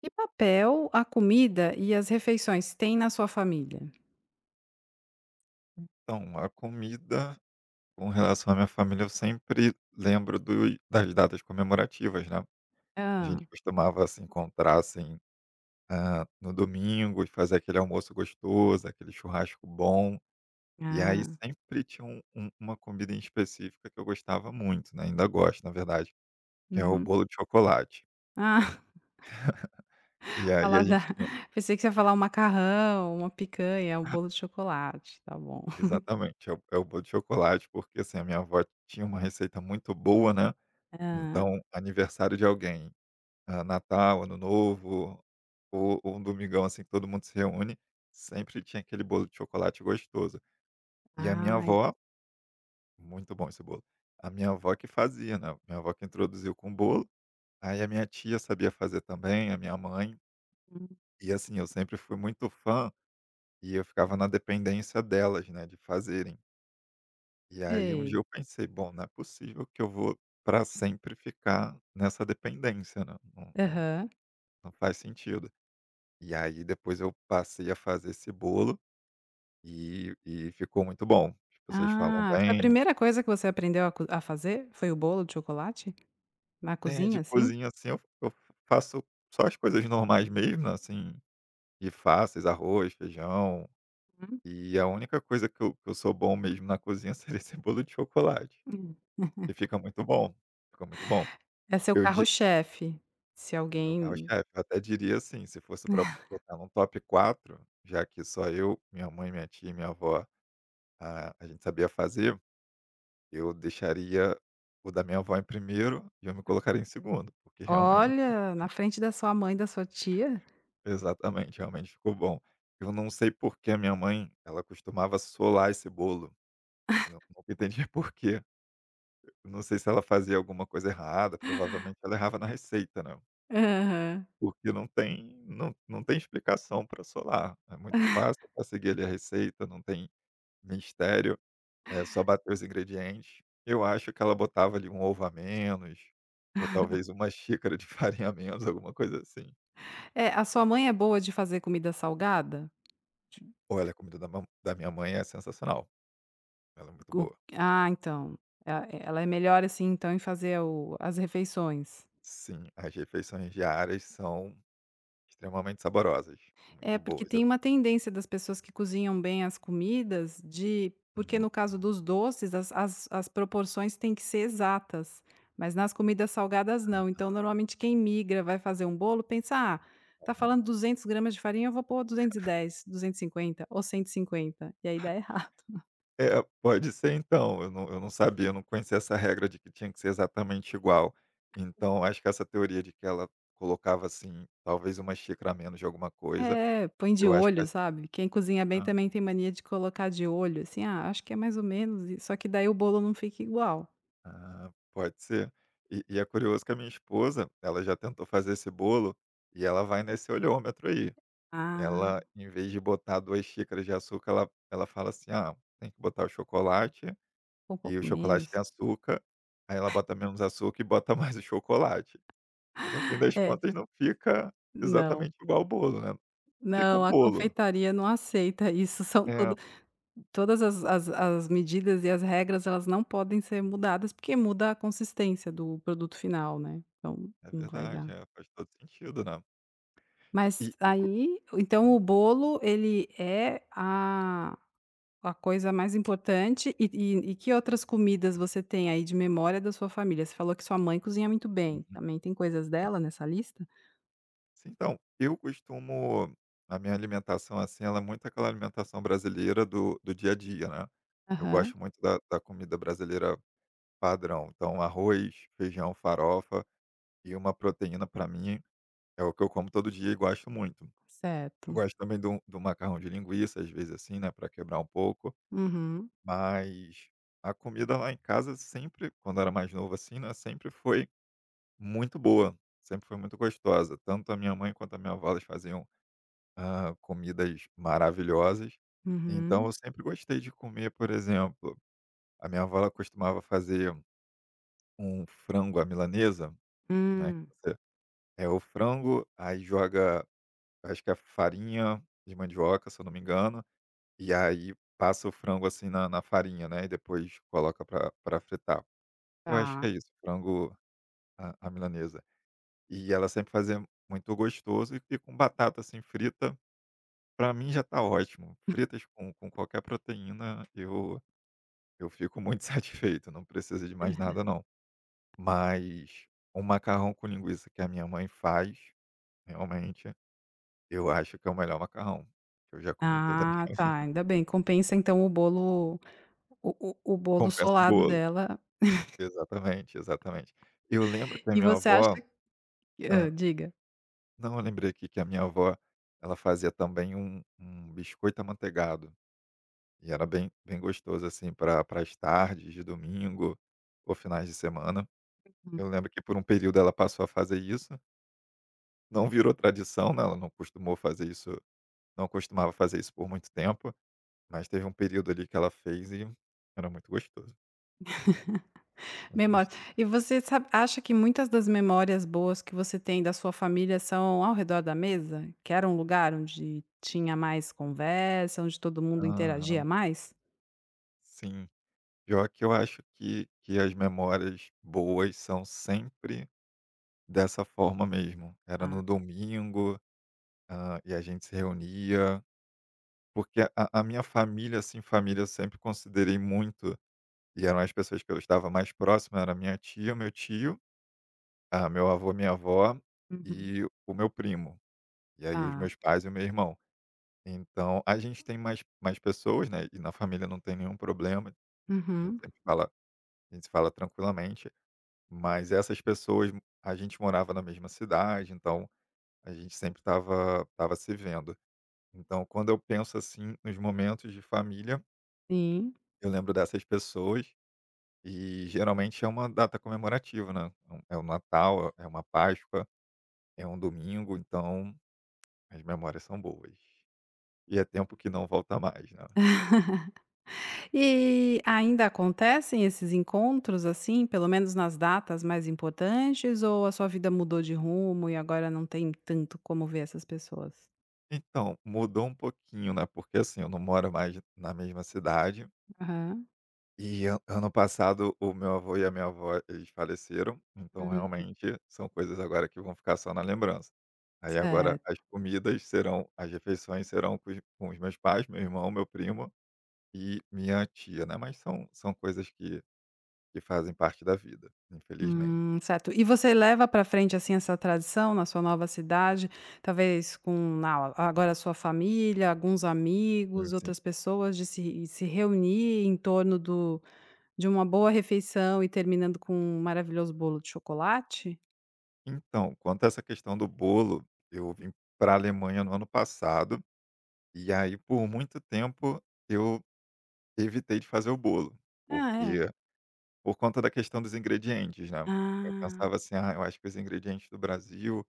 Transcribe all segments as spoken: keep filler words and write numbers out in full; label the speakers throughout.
Speaker 1: Que papel a comida e as refeições têm na sua família?
Speaker 2: Então, a comida, com relação à minha família, eu sempre lembro do das datas comemorativas, né. A
Speaker 1: Hã.
Speaker 2: gente costumava se encontrar, assim, hã, no domingo e fazer aquele almoço gostoso, aquele churrasco bom. E aí
Speaker 1: Ah,
Speaker 2: sempre tinha um um uma comida em específica que eu gostava muito, né, ainda gosto, na verdade, que é o
Speaker 1: uhum.
Speaker 2: bolo de chocolate.
Speaker 1: Ah,
Speaker 2: E aí a gente
Speaker 1: paladar.
Speaker 2: tinha
Speaker 1: Pensei que você ia falar um macarrão, uma picanha, um bolo de chocolate, tá bom.
Speaker 2: exatamente, é o é o bolo de chocolate, porque, assim, a minha avó tinha uma receita muito boa, né,
Speaker 1: Ah,
Speaker 2: então aniversário de alguém. Ah, Natal, Ano Novo, ou ou um domingão, assim, que todo mundo se reúne, sempre tinha aquele bolo de chocolate gostoso. E a minha
Speaker 1: ai,
Speaker 2: avó, muito bom esse bolo. A minha avó que fazia, né, minha avó que introduziu com o bolo, aí a minha tia sabia fazer também, a minha mãe,
Speaker 1: hum,
Speaker 2: e assim, eu sempre fui muito fã, e eu ficava na dependência delas, né, de fazerem. E aí um dia
Speaker 1: sei.
Speaker 2: eu pensei: "Bom, não é possível que eu vou para sempre ficar nessa dependência, né, não não
Speaker 1: Aham.
Speaker 2: não faz sentido". E aí depois eu passei a fazer esse bolo e e ficou muito bom. As pessoas falam
Speaker 1: Ah, foi a
Speaker 2: bem.
Speaker 1: primeira coisa que você aprendeu a co a fazer? Foi o bolo de chocolate? Na
Speaker 2: É,
Speaker 1: cozinha,
Speaker 2: de
Speaker 1: assim?
Speaker 2: cozinha, assim, eu eu faço só as coisas normais mesmo, assim, e fáceis, arroz, feijão,
Speaker 1: Hum,
Speaker 2: e a única coisa que eu que eu sou bom mesmo na cozinha seria esse bolo de chocolate.
Speaker 1: hum.
Speaker 2: E fica muito bom, fica muito bom.
Speaker 1: É seu
Speaker 2: Eu di
Speaker 1: carro-chefe. Se
Speaker 2: é meu
Speaker 1: alguém
Speaker 2: carro-chefe, eu até diria assim, se fosse para botar num top quatro, já que só eu, minha mãe, minha tia e minha avó, a a gente sabia fazer. Eu deixaria o da minha avó em primeiro e eu me colocaria em segundo, porque realmente
Speaker 1: olha, na frente da sua mãe, da sua tia?
Speaker 2: exatamente, realmente ficou bom. Eu não sei por que a minha mãe, ela costumava solar esse bolo, eu não nunca entendi por quê. Eu não sei se ela fazia alguma coisa errada, provavelmente ela errava na receita, né,
Speaker 1: Aham.
Speaker 2: porque não tem não não tem explicação para solar, é muito fácil pra seguir ali a receita, não tem mistério. É, só bater os ingredientes. Eu acho que ela botava ali um ovo a menos, ou talvez uma xícara de farinha a menos, alguma coisa assim.
Speaker 1: É, a sua mãe é boa de fazer comida salgada? Ti-
Speaker 2: Olha, a comida da, mam- da minha mãe é sensacional. Ela é muito
Speaker 1: O
Speaker 2: boa.
Speaker 1: ah, então, a ela é melhor, assim, então, em fazer o as refeições.
Speaker 2: Sim, as refeições diárias são extremamente saborosas,
Speaker 1: É,
Speaker 2: muito
Speaker 1: porque
Speaker 2: boas. Eu-
Speaker 1: tem uma tendência das pessoas que cozinham bem as comidas de porque
Speaker 2: Uhum.
Speaker 1: no caso dos doces, as as as proporções têm que ser exatas, mas nas comidas salgadas não. Então, normalmente, quem migra, vai fazer um bolo, pensa: "Ah, tá
Speaker 2: Ah,
Speaker 1: falando duzentos gramas de farinha, eu vou pôr duzentos e dez, duzentos e cinquenta ou cento e cinquenta", e cinquenta. E aí dá errado.
Speaker 2: é, pode ser então. Eu não, eu não sabia, eu não conhecia essa regra de que tinha que ser exatamente igual. Então, acho que essa teoria de que ela colocava assim, talvez uma xícara a menos de alguma coisa,
Speaker 1: É, põe de
Speaker 2: eu acho que
Speaker 1: olho,
Speaker 2: faz sentido.
Speaker 1: sabe. Quem cozinha bem também tem mania de colocar de olho, assim: "Ah, acho que é mais ou menos isso", só que daí o bolo não fica igual.
Speaker 2: Ah, pode ser. E e é curioso que a minha esposa, ela já tentou fazer esse bolo e ela vai nesse olhômetro aí. Ela,
Speaker 1: "Ah,
Speaker 2: em vez de botar duas xícaras de açúcar, ela ela fala assim: "Ah, tem que botar o chocolate
Speaker 1: ficou um
Speaker 2: e o
Speaker 1: pouco
Speaker 2: chocolate
Speaker 1: menos".
Speaker 2: tem açúcar", aí ela bota menos açúcar e bota mais o chocolate. E no fim das
Speaker 1: É,
Speaker 2: contas não fica
Speaker 1: não,
Speaker 2: exatamente igual o bolo, né. Fica
Speaker 1: não,
Speaker 2: um
Speaker 1: a
Speaker 2: bolo.
Speaker 1: confeitaria não aceita isso, são
Speaker 2: É,
Speaker 1: tudo todas as as as medidas e as regras, elas não podem ser mudadas, porque muda a consistência do produto final, né, então
Speaker 2: é
Speaker 1: não vai
Speaker 2: verdade,
Speaker 1: dar.
Speaker 2: é, faz todo sentido, né. E
Speaker 1: Mas
Speaker 2: e co.
Speaker 1: aí então o bolo ele é a A coisa mais importante e e e que outras comidas você tem aí de memória da sua família? Você falou que sua mãe cozinha muito bem,
Speaker 2: Uhum,
Speaker 1: também tem coisas
Speaker 2: sim.
Speaker 1: dela nessa lista?
Speaker 2: Sim, então, eu costumo a minha alimentação, assim, ela é muito aquela alimentação brasileira do do dia a dia, né. Eu
Speaker 1: Aham,
Speaker 2: gosto muito da da comida brasileira padrão, então arroz, feijão, farofa e uma proteína para mim é o que eu como todo dia e gosto muito. Eu
Speaker 1: certo.
Speaker 2: gosto também do do macarrão de linguiça, às vezes, assim, né, para quebrar um pouco.
Speaker 1: Uhum,
Speaker 2: Mas a comida lá em casa sempre, quando era mais novo assim, né, sempre foi muito boa, sempre foi muito gostosa. Tanto a minha mãe quanto a minha avó, elas faziam, hã, comidas maravilhosas. Então
Speaker 1: uhum.
Speaker 2: eu sempre gostei de comer, por exemplo, a minha avó ela costumava fazer um frango à milanesa, né, que
Speaker 1: Hum,
Speaker 2: você é o frango, aí joga, acho que é farinha de mandioca, se eu não me engano, e aí passa o frango assim na na farinha, né, e depois coloca para pra fritar. Eu acho que
Speaker 1: tá.
Speaker 2: é isso, frango à à milanesa. E ela sempre fazia muito gostoso e e com batata, assim, frita, pra mim já tá ótimo. Fritas com com qualquer proteína, eu eu fico muito satisfeito, não precisa de mais nada não. Mas um macarrão com linguiça que a minha mãe faz, realmente, eu acho que é o melhor macarrão que eu já comi em toda a minha
Speaker 1: Ah, tá,
Speaker 2: vida.
Speaker 1: ainda bem, compensa então o bolo o o o bolo
Speaker 2: Compensa o
Speaker 1: solado
Speaker 2: bolo.
Speaker 1: dela.
Speaker 2: Exatamente, exatamente. Eu lembro que a
Speaker 1: E
Speaker 2: minha
Speaker 1: você
Speaker 2: avó.
Speaker 1: acha, hã, diga.
Speaker 2: Não, eu lembrei aqui que a minha avó, ela fazia também um um biscoito amanteigado, e era bem bem gostoso, assim, pra para as tardes de domingo ou finais de semana. Eu lembro que por um período ela passou a fazer isso, não virou tradição, né, ela não costumou fazer isso não costumava fazer isso por muito tempo, mas teve um período ali que ela fez e era muito gostoso, muito
Speaker 1: Memória.
Speaker 2: gosto.
Speaker 1: E você sabe acha que muitas das memórias boas que você tem da sua família são ao redor da mesa? Que era um lugar onde tinha mais conversa, onde todo mundo interagia
Speaker 2: Aham,
Speaker 1: mais?
Speaker 2: sim. Pior que eu acho que que as memórias boas são sempre dessa forma mesmo. Era
Speaker 1: Ah,
Speaker 2: no domingo, hã, e a gente se reunia, porque a a minha família, assim, família eu sempre considerei muito, e eram as pessoas que eu estava mais próximo, era minha tia, meu tio, ah, meu avô, minha avó
Speaker 1: uhum.
Speaker 2: e o meu primo. E aí os
Speaker 1: Tá.
Speaker 2: meus pais e o meu irmão. Então a gente tem mais mais pessoas, né, e na família não tem nenhum problema, a gente
Speaker 1: Uhum.
Speaker 2: sempre fala, a gente se fala tranquilamente, mas essas pessoas a gente morava na mesma cidade, então a gente sempre estava estava se vendo. Então, quando eu penso, assim, nos momentos de família,
Speaker 1: Sim.
Speaker 2: eu lembro dessas pessoas e geralmente é uma data comemorativa, né. É um é o Natal, é uma Páscoa, é um domingo, então as memórias são boas. E é tempo que não volta mais, né.
Speaker 1: E ainda acontecem esses encontros, assim, pelo menos nas datas mais importantes, ou a sua vida mudou de rumo e agora não tem tanto como ver essas pessoas?
Speaker 2: Então, mudou um pouquinho, né, porque, assim, eu não moro mais na mesma cidade.
Speaker 1: Aham.
Speaker 2: E an ano passado o meu avô e a minha avó, eles faleceram, então
Speaker 1: Hum.
Speaker 2: realmente são coisas agora que vão ficar só na lembrança. Aí agora
Speaker 1: Certo.
Speaker 2: as comidas serão as refeições serão com os com os meus pais, meu irmão, meu primo e minha tia, né, mas são são coisas que que fazem parte da vida, infelizmente.
Speaker 1: Hum, certo. E você leva para frente, assim, essa tradição na sua nova cidade, talvez com na agora a sua família, alguns
Speaker 2: Sim,
Speaker 1: amigos,
Speaker 2: sim.
Speaker 1: outras pessoas, de se se reunir em torno do de uma boa refeição e terminando com um maravilhoso bolo de chocolate?
Speaker 2: Então, quanto a essa questão do bolo, eu vim para a Alemanha no ano passado, e aí por muito tempo eu evitei de fazer o bolo,
Speaker 1: Ah, é?
Speaker 2: porque por conta da questão dos ingredientes, né. Eu
Speaker 1: Ah,
Speaker 2: pensava assim: "Ah, eu acho que os ingredientes do Brasil,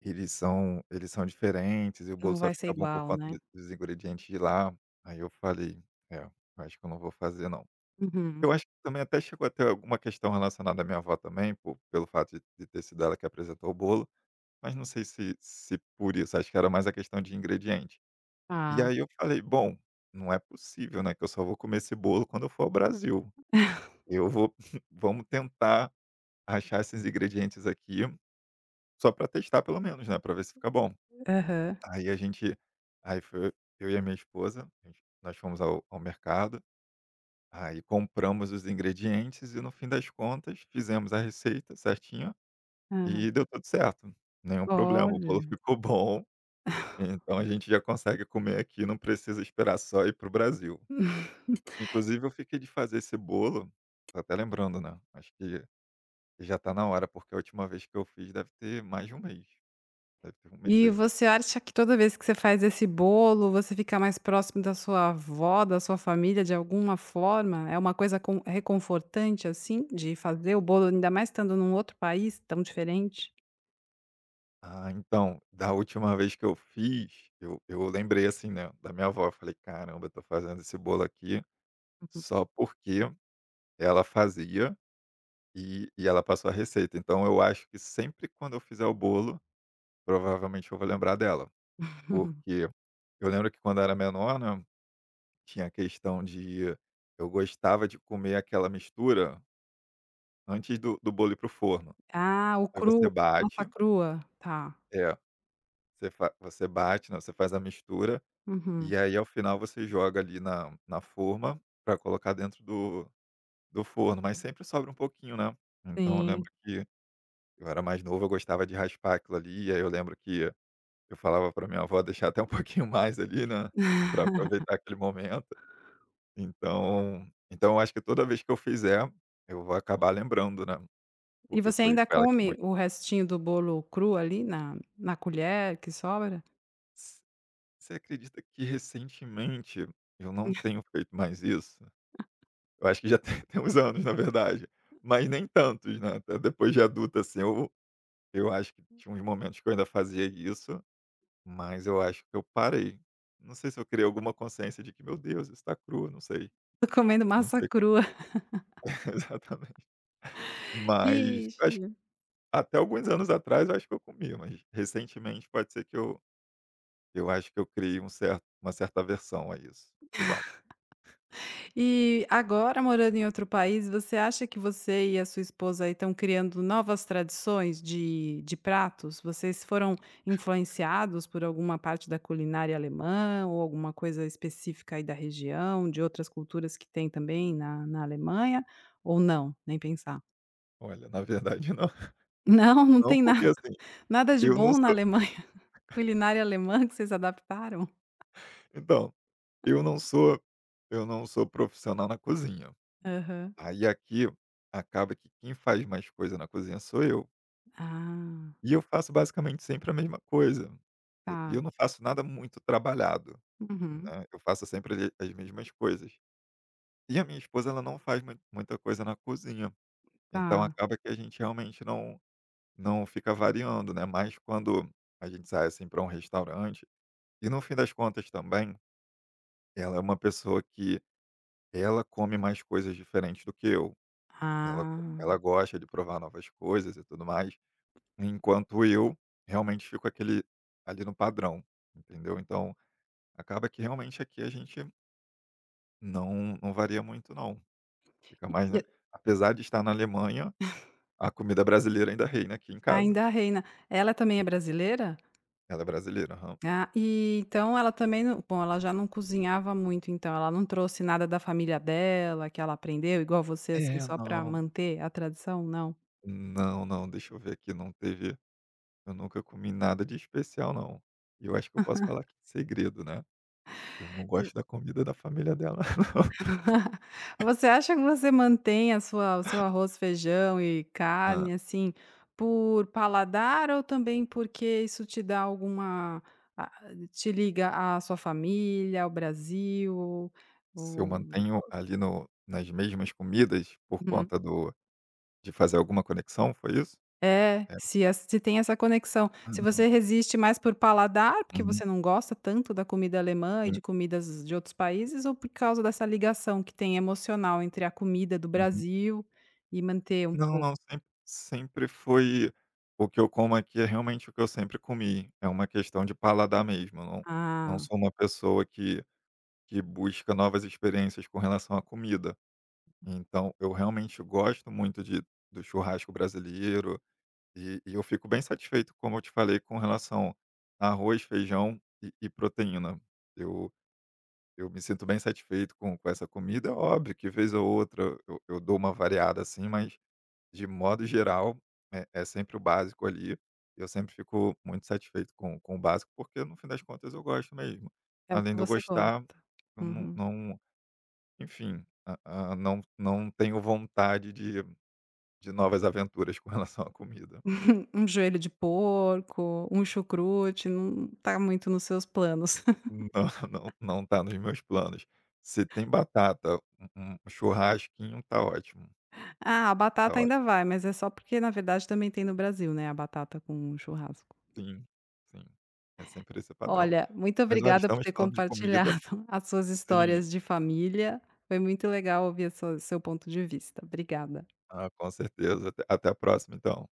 Speaker 2: eles são eles são diferentes e o bolo
Speaker 1: não
Speaker 2: só
Speaker 1: vai ser
Speaker 2: fica bom por
Speaker 1: igual,
Speaker 2: conta
Speaker 1: né?
Speaker 2: do dos ingredientes de lá". Aí eu falei: "É, eu acho que eu não vou fazer não".
Speaker 1: Uhum.
Speaker 2: Eu acho que também até chegou a ter alguma questão relacionada à minha avó também, po pelo fato de de ter sido ela que apresentou o bolo, mas não sei se se por isso, acho que era mais a questão de ingrediente. E
Speaker 1: Ah.
Speaker 2: aí eu falei: "Bom, não é possível, né, que eu só vou comer esse bolo quando eu for ao Brasil. Eu vou vamos tentar achar esses ingredientes aqui, só para testar pelo menos, né, para ver se fica bom.
Speaker 1: Aham,
Speaker 2: Aí a gente aí foi eu e a minha esposa, a gente nós fomos ao ao mercado, aí compramos os ingredientes e no fim das contas fizemos a receita certinho
Speaker 1: aham.
Speaker 2: e deu tudo certo, nenhum problema, o bolo
Speaker 1: Olha.
Speaker 2: ficou bom, então a gente já consegue comer aqui, não precisa esperar só ir pro Brasil. Inclusive eu fiquei de fazer esse bolo, tô até lembrando, né, acho que já tá na hora, porque a última vez que eu fiz deve ter mais de um mês. Deve ter um mês
Speaker 1: E
Speaker 2: aí.
Speaker 1: você acha que toda vez que você faz esse bolo, você fica mais próximo da sua avó, da sua família, de alguma forma? É uma coisa con reconfortante, assim, de fazer o bolo, ainda mais estando num outro país tão diferente?
Speaker 2: Ah, então, da última vez que eu fiz, eu eu lembrei, assim, né, da minha avó, eu falei: "Caramba, eu tô fazendo esse bolo aqui
Speaker 1: Uhum.
Speaker 2: só porque ela fazia e e ela passou a receita". Então eu acho que sempre quando eu fizer o bolo, provavelmente eu vou lembrar dela, porque eu lembro que quando eu era menor, né, tinha a questão de eu gostava de comer aquela mistura antes do do bolo ir pro forno.
Speaker 1: Ah, o
Speaker 2: Aí você
Speaker 1: cru, massa
Speaker 2: bate,
Speaker 1: crua, tá.
Speaker 2: é, você fa você bate, né, você faz a mistura.
Speaker 1: Uhum.
Speaker 2: E aí, ao final, você joga ali na na forma para colocar dentro do do forno, mas sempre sobra um pouquinho, né. Então eu
Speaker 1: Sim.
Speaker 2: lembro que eu era mais novo, eu gostava de raspar aquilo ali, e aí eu lembro que eu falava para minha avó deixar até um pouquinho mais ali, né, para aproveitar aquele momento. Então então eu acho que toda vez que eu fizer, eu vou acabar lembrando, né,
Speaker 1: E
Speaker 2: porque
Speaker 1: você
Speaker 2: foi
Speaker 1: ainda
Speaker 2: ela que
Speaker 1: come
Speaker 2: mostrou.
Speaker 1: o restinho do bolo cru ali na na colher que sobra?
Speaker 2: S- Você acredita que recentemente eu não tenho feito mais isso? Eu acho que já tem tem uns anos, na verdade, mas nem tantos, né, até depois de adulta assim, eu eu acho que tinha uns momentos que eu ainda fazia isso, mas eu acho que eu parei. Não sei se eu criei alguma consciência de que: "Meu Deus, isso tá cru", não sei,
Speaker 1: Tô comendo
Speaker 2: não
Speaker 1: massa
Speaker 2: sei
Speaker 1: crua.
Speaker 2: exatamente. Mas eu acho que
Speaker 1: Ixi.
Speaker 2: até alguns anos atrás eu acho que eu comia, mas recentemente pode ser que eu eu acho que eu criei um certo uma certa aversão a isso, eu acho.
Speaker 1: E agora, morando em outro país, você acha que você e a sua esposa aí estão criando novas tradições de de pratos? Vocês foram influenciados por alguma parte da culinária alemã ou alguma coisa específica aí da região, de outras culturas que tem também na na Alemanha, ou não? Nem pensar.
Speaker 2: Olha, na verdade não,
Speaker 1: Não, não
Speaker 2: não
Speaker 1: tem
Speaker 2: porque,
Speaker 1: nada
Speaker 2: assim,
Speaker 1: nada de
Speaker 2: eu não
Speaker 1: bom na
Speaker 2: sou
Speaker 1: Alemanha, culinária alemã que vocês adaptaram?
Speaker 2: então, eu não sou eu não sou profissional na cozinha.
Speaker 1: Aham.
Speaker 2: Aí aqui acaba que quem faz mais coisa na cozinha sou eu.
Speaker 1: Ah,
Speaker 2: E eu faço basicamente sempre a mesma coisa. Eu- E
Speaker 1: tá.
Speaker 2: eu, não faço nada muito trabalhado,
Speaker 1: Uhum.
Speaker 2: né? Eu faço sempre ali as mesmas coisas. E a minha esposa ela não faz mui- muita coisa na cozinha. Então
Speaker 1: Tá.
Speaker 2: acaba que a gente realmente não não fica variando, né? Mas quando a gente sai assim para um restaurante, e no fim das contas também, ela é uma pessoa que ela come mais coisas diferentes do que eu. Ela ela
Speaker 1: Ah.
Speaker 2: gosta de provar novas coisas e tudo mais, enquanto eu realmente fico aquele ali no padrão, entendeu. Então, acaba que realmente aqui a gente não não varia muito não, fica mais, né, apesar de estar na Alemanha, a comida brasileira ainda reina aqui em casa.
Speaker 1: Ainda reina. Ela também é brasileira?
Speaker 2: Ela é brasileira, aham.
Speaker 1: Ah, e então ela também não, bom, ela já não cozinhava muito, então ela não trouxe nada da família dela, que ela aprendeu igual você, assim,
Speaker 2: É,
Speaker 1: só para
Speaker 2: não,
Speaker 1: manter a tradição, não?
Speaker 2: não, não, deixa eu ver aqui, não teve, eu nunca comi nada de especial não. E eu acho que eu posso falar aqui de segredo, né, eu não
Speaker 1: Hum.
Speaker 2: gosto da comida da família dela
Speaker 1: Você acha que você mantém a sua o seu arroz, feijão e
Speaker 2: não.
Speaker 1: carne, assim, por paladar ou também porque isso te dá alguma a te liga à sua família, ao Brasil, ou
Speaker 2: Se eu mantenho ali no nas mesmas comidas por
Speaker 1: uhum.
Speaker 2: conta do de fazer alguma conexão, foi isso?
Speaker 1: É,
Speaker 2: É.
Speaker 1: se ess se tem essa conexão. Se
Speaker 2: Uhum,
Speaker 1: você resiste mais por paladar, porque
Speaker 2: uhum,
Speaker 1: você não gosta tanto da comida alemã e
Speaker 2: sim,
Speaker 1: de comidas de outros países, ou por causa dessa ligação que tem emocional entre a comida do
Speaker 2: uhum.
Speaker 1: Brasil e manter um
Speaker 2: Não,
Speaker 1: pouco.
Speaker 2: não, sempre sempre foi, o que eu como aqui é realmente o que eu sempre comi, é uma questão de paladar mesmo, eu não não
Speaker 1: Ah,
Speaker 2: sou uma pessoa que que busca novas experiências com relação à comida. Então eu realmente gosto muito de do churrasco brasileiro. E e eu fico bem satisfeito, como eu te falei, com relação a arroz, feijão e e proteína. Eu eu me sinto bem satisfeito com com essa comida. É óbvio que vez ou outra eu eu dou uma variada, assim, mas de modo geral é é sempre o básico ali. Eu sempre fico muito satisfeito com com o básico, porque no fim das contas eu gosto mesmo.
Speaker 1: é o que
Speaker 2: Além de eu
Speaker 1: você
Speaker 2: gostar,
Speaker 1: gosta.
Speaker 2: eu não
Speaker 1: Uhum.
Speaker 2: não enfim, hã hã, não não tenho vontade de de novas aventuras com relação à comida.
Speaker 1: Um joelho de porco, um chucrute, não tá muito nos seus planos.
Speaker 2: Não, não, não tá nos meus planos. Se tem batata, um um churrasquinho, tá ótimo,
Speaker 1: Ah, a
Speaker 2: tá
Speaker 1: batata ainda
Speaker 2: ótimo.
Speaker 1: vai, mas é só porque, na verdade, também tem no Brasil, né, a batata com churrasco.
Speaker 2: Sim, sim, é sempre esse padrão.
Speaker 1: Olha, muito
Speaker 2: Mas olha,
Speaker 1: obrigada por
Speaker 2: estamos
Speaker 1: ter
Speaker 2: falando de comida
Speaker 1: compartilhado as suas
Speaker 2: sim.
Speaker 1: histórias de família. Foi muito legal ouvir a sua seu ponto de vista. Obrigada.
Speaker 2: Ah, com certeza. Até até a próxima, então.